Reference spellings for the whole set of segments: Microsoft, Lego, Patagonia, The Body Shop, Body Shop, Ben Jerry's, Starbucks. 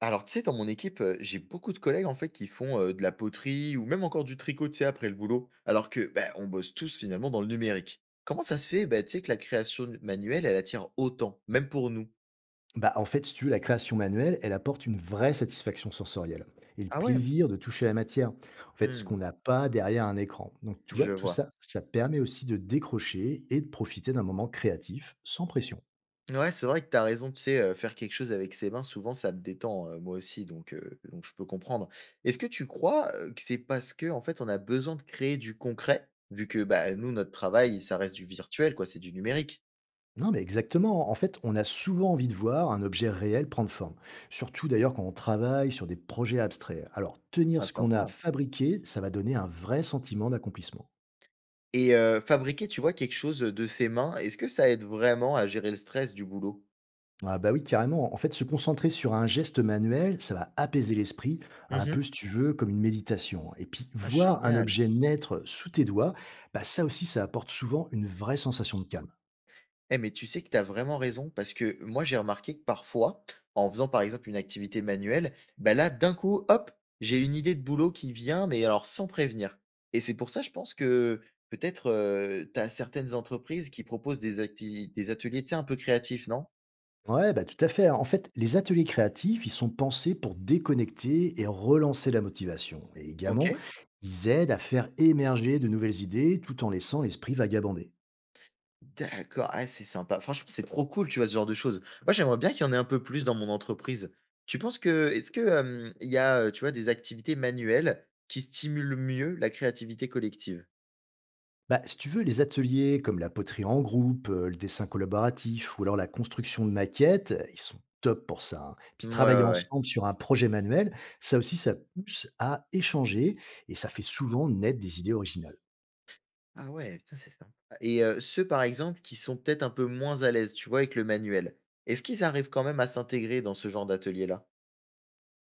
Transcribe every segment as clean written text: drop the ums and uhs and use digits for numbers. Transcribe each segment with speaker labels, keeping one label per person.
Speaker 1: Alors, tu sais, dans mon équipe, j'ai beaucoup de collègues en fait qui font de la poterie ou même encore du tricot, tu sais, après le boulot. Alors que, bah, on bosse tous finalement dans le numérique. Comment ça se fait, bah, tu sais, que la création manuelle, elle attire autant, même pour nous?
Speaker 2: Bah, en fait, si tu veux, la création manuelle, elle apporte une vraie satisfaction sensorielle et le
Speaker 1: Ah ouais?
Speaker 2: plaisir de toucher la matière. En fait, ce qu'on
Speaker 1: Hmm,
Speaker 2: n'a pas derrière un écran. Donc, tu vois,
Speaker 1: je
Speaker 2: tout ça,
Speaker 1: vois.
Speaker 2: ça permet aussi de décrocher et de profiter d'un moment créatif sans pression.
Speaker 1: Ouais, c'est vrai que t'as raison, tu sais, faire quelque chose avec ses mains, souvent ça me détend, moi aussi, donc je peux comprendre. Est-ce que tu crois que c'est parce que, en fait, on a besoin de créer du concret, vu que, bah, nous, notre travail, ça reste du virtuel, quoi, c'est du numérique.
Speaker 2: Non, mais exactement. En fait, on a souvent envie de voir un objet réel prendre forme. Surtout d'ailleurs quand on travaille sur des projets abstraits. Alors, tenir
Speaker 1: Ah,
Speaker 2: ce qu'on a
Speaker 1: sympa.
Speaker 2: fabriqué, ça va donner un vrai sentiment d'accomplissement.
Speaker 1: Et fabriquer, tu vois, quelque chose, de ses mains, est-ce que ça aide vraiment à gérer le stress du boulot?
Speaker 2: Ah bah oui, carrément. En fait, se concentrer sur un geste manuel, ça va apaiser l'esprit, un peu,
Speaker 1: Mmh.
Speaker 2: si tu veux, comme une méditation. Et puis,
Speaker 1: Ah
Speaker 2: voir un
Speaker 1: génial!
Speaker 2: objet naître sous tes doigts, bah ça aussi, ça apporte souvent une vraie sensation de calme.
Speaker 1: Eh mais tu sais que tu as vraiment raison parce que moi j'ai remarqué que parfois, en faisant par exemple une activité manuelle, bah là d'un coup, hop, j'ai une idée de boulot qui vient, mais alors sans prévenir. Et c'est pour ça je pense que peut-être, tu as certaines entreprises qui proposent des acti des ateliers, tu sais, un peu créatifs, non?
Speaker 2: Ouais, bah tout à fait. En fait, les ateliers créatifs, ils sont pensés pour déconnecter et relancer la motivation. Et également,
Speaker 1: OK.
Speaker 2: ils aident à faire émerger de nouvelles idées tout en laissant l'esprit vagabonder.
Speaker 1: D'accord, ah c'est sympa. Franchement, c'est trop cool, tu vois, ce genre de choses. Moi, j'aimerais bien qu'il y en ait un peu plus dans mon entreprise. Tu penses que est-ce que, il y a, tu vois, des activités manuelles qui stimulent mieux la créativité collective?
Speaker 2: Bah, si tu veux, les ateliers comme la poterie en groupe, le dessin collaboratif ou alors la construction de maquettes, ils sont top pour ça, hein. Puis
Speaker 1: Mmh, ouais,
Speaker 2: travailler
Speaker 1: ouais, ouais.
Speaker 2: ensemble sur un projet manuel, ça aussi, ça pousse à échanger et ça fait souvent naître des idées originales.
Speaker 1: Ah ouais, putain, c'est sympa et ceux, par exemple, qui sont peut-être un peu moins à l'aise, tu vois, avec le manuel, est-ce qu'ils arrivent quand même à s'intégrer dans ce genre d'atelier-là?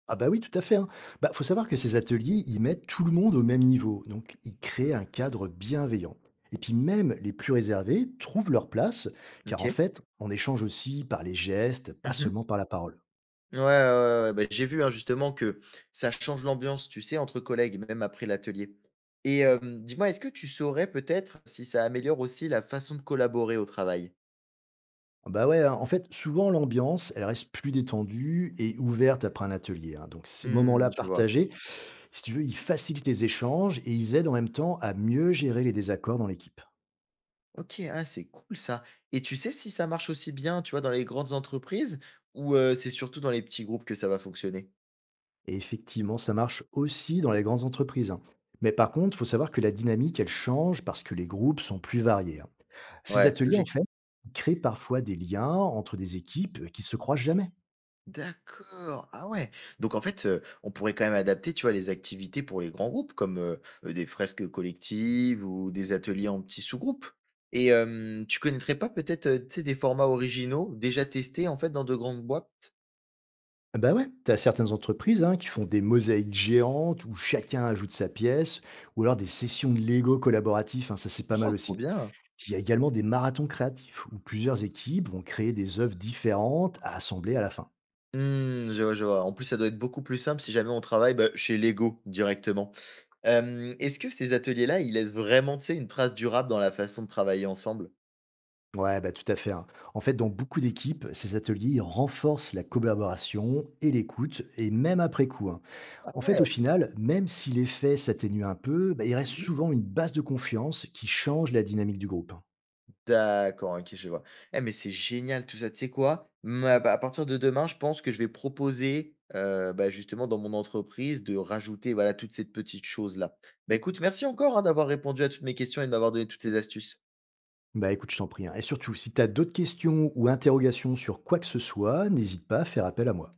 Speaker 2: Ah bah oui, tout à fait, hein. Bah, faut savoir que ces ateliers, ils mettent tout le monde au même niveau, donc ils créent un cadre bienveillant. Et puis même les plus réservés trouvent leur place, car
Speaker 1: OK.
Speaker 2: en fait, on échange aussi par les gestes, pas
Speaker 1: Mmh.
Speaker 2: seulement par la parole.
Speaker 1: Ouais, ouais, ouais, ouais, bah, j'ai vu, hein, justement que ça change l'ambiance, tu sais, entre collègues, même après l'atelier. Et dis-moi, est-ce que tu saurais peut-être si ça améliore aussi la façon de collaborer au travail?
Speaker 2: Ah bah ouais, hein, en fait, souvent l'ambiance, elle reste plus détendue et ouverte après un atelier, hein. Donc ces moments-là
Speaker 1: Mmh, je vois.
Speaker 2: partagés, si tu veux, ils facilitent les échanges et ils aident en même temps à mieux gérer les désaccords dans l'équipe.
Speaker 1: OK, ah, c'est cool ça. Et tu sais si ça marche aussi bien, tu vois, dans les grandes entreprises ou c'est surtout dans les petits groupes que ça va fonctionner?
Speaker 2: Et effectivement, ça marche aussi dans les grandes entreprises, hein. Mais par contre, il faut savoir que la dynamique, elle change parce que les groupes sont plus variés, hein. Ces
Speaker 1: Ouais, c'est
Speaker 2: ateliers, en
Speaker 1: logique.
Speaker 2: fait, créent parfois des liens entre des équipes qui se croisent jamais.
Speaker 1: D'accord, ah ouais. Donc en fait, on pourrait quand même adapter, tu vois, les activités pour les grands groupes comme, des fresques collectives ou des ateliers en petits sous-groupes et tu connaîtrais pas peut-être, tu sais, des formats originaux déjà testés, en fait, dans de grandes boîtes?
Speaker 2: Ah bah ouais, t'as certaines entreprises, hein, qui font des mosaïques géantes où chacun ajoute sa pièce, ou alors des sessions de Lego collaboratifs, hein, ça c'est pas
Speaker 1: Oh,
Speaker 2: mal
Speaker 1: trop
Speaker 2: aussi.
Speaker 1: bien!
Speaker 2: Il y a également des marathons créatifs où plusieurs équipes vont créer des œuvres différentes à assembler à la fin.
Speaker 1: Mmh, je vois, je vois. En plus, ça doit être beaucoup plus simple si jamais on travaille, bah, chez Lego directement. Est-ce que ces ateliers-là, ils laissent vraiment, tu sais, une trace durable dans la façon de travailler ensemble?
Speaker 2: Ouais, bah tout à fait, hein. En fait, dans beaucoup d'équipes, ces ateliers renforcent la collaboration et l'écoute, et même après coup, hein.
Speaker 1: Ah
Speaker 2: En
Speaker 1: ouais.
Speaker 2: fait, au final, même si l'effet s'atténue un peu, bah, il reste
Speaker 1: Mmh.
Speaker 2: souvent une base de confiance qui change la dynamique du groupe, hein.
Speaker 1: D'accord, OK, je vois. Eh, mais c'est génial tout ça. Tu sais quoi? Ma bah, à partir de demain, je pense que je vais proposer, bah, justement dans mon entreprise de rajouter, voilà, toutes ces petites choses-là. Bah, écoute, merci encore, hein, d'avoir répondu à toutes mes questions et de m'avoir donné toutes ces astuces.
Speaker 2: Bah écoute, je t'en prie, hein. Et surtout, si tu as d'autres questions ou interrogations sur quoi que ce soit, n'hésite pas à faire appel à moi.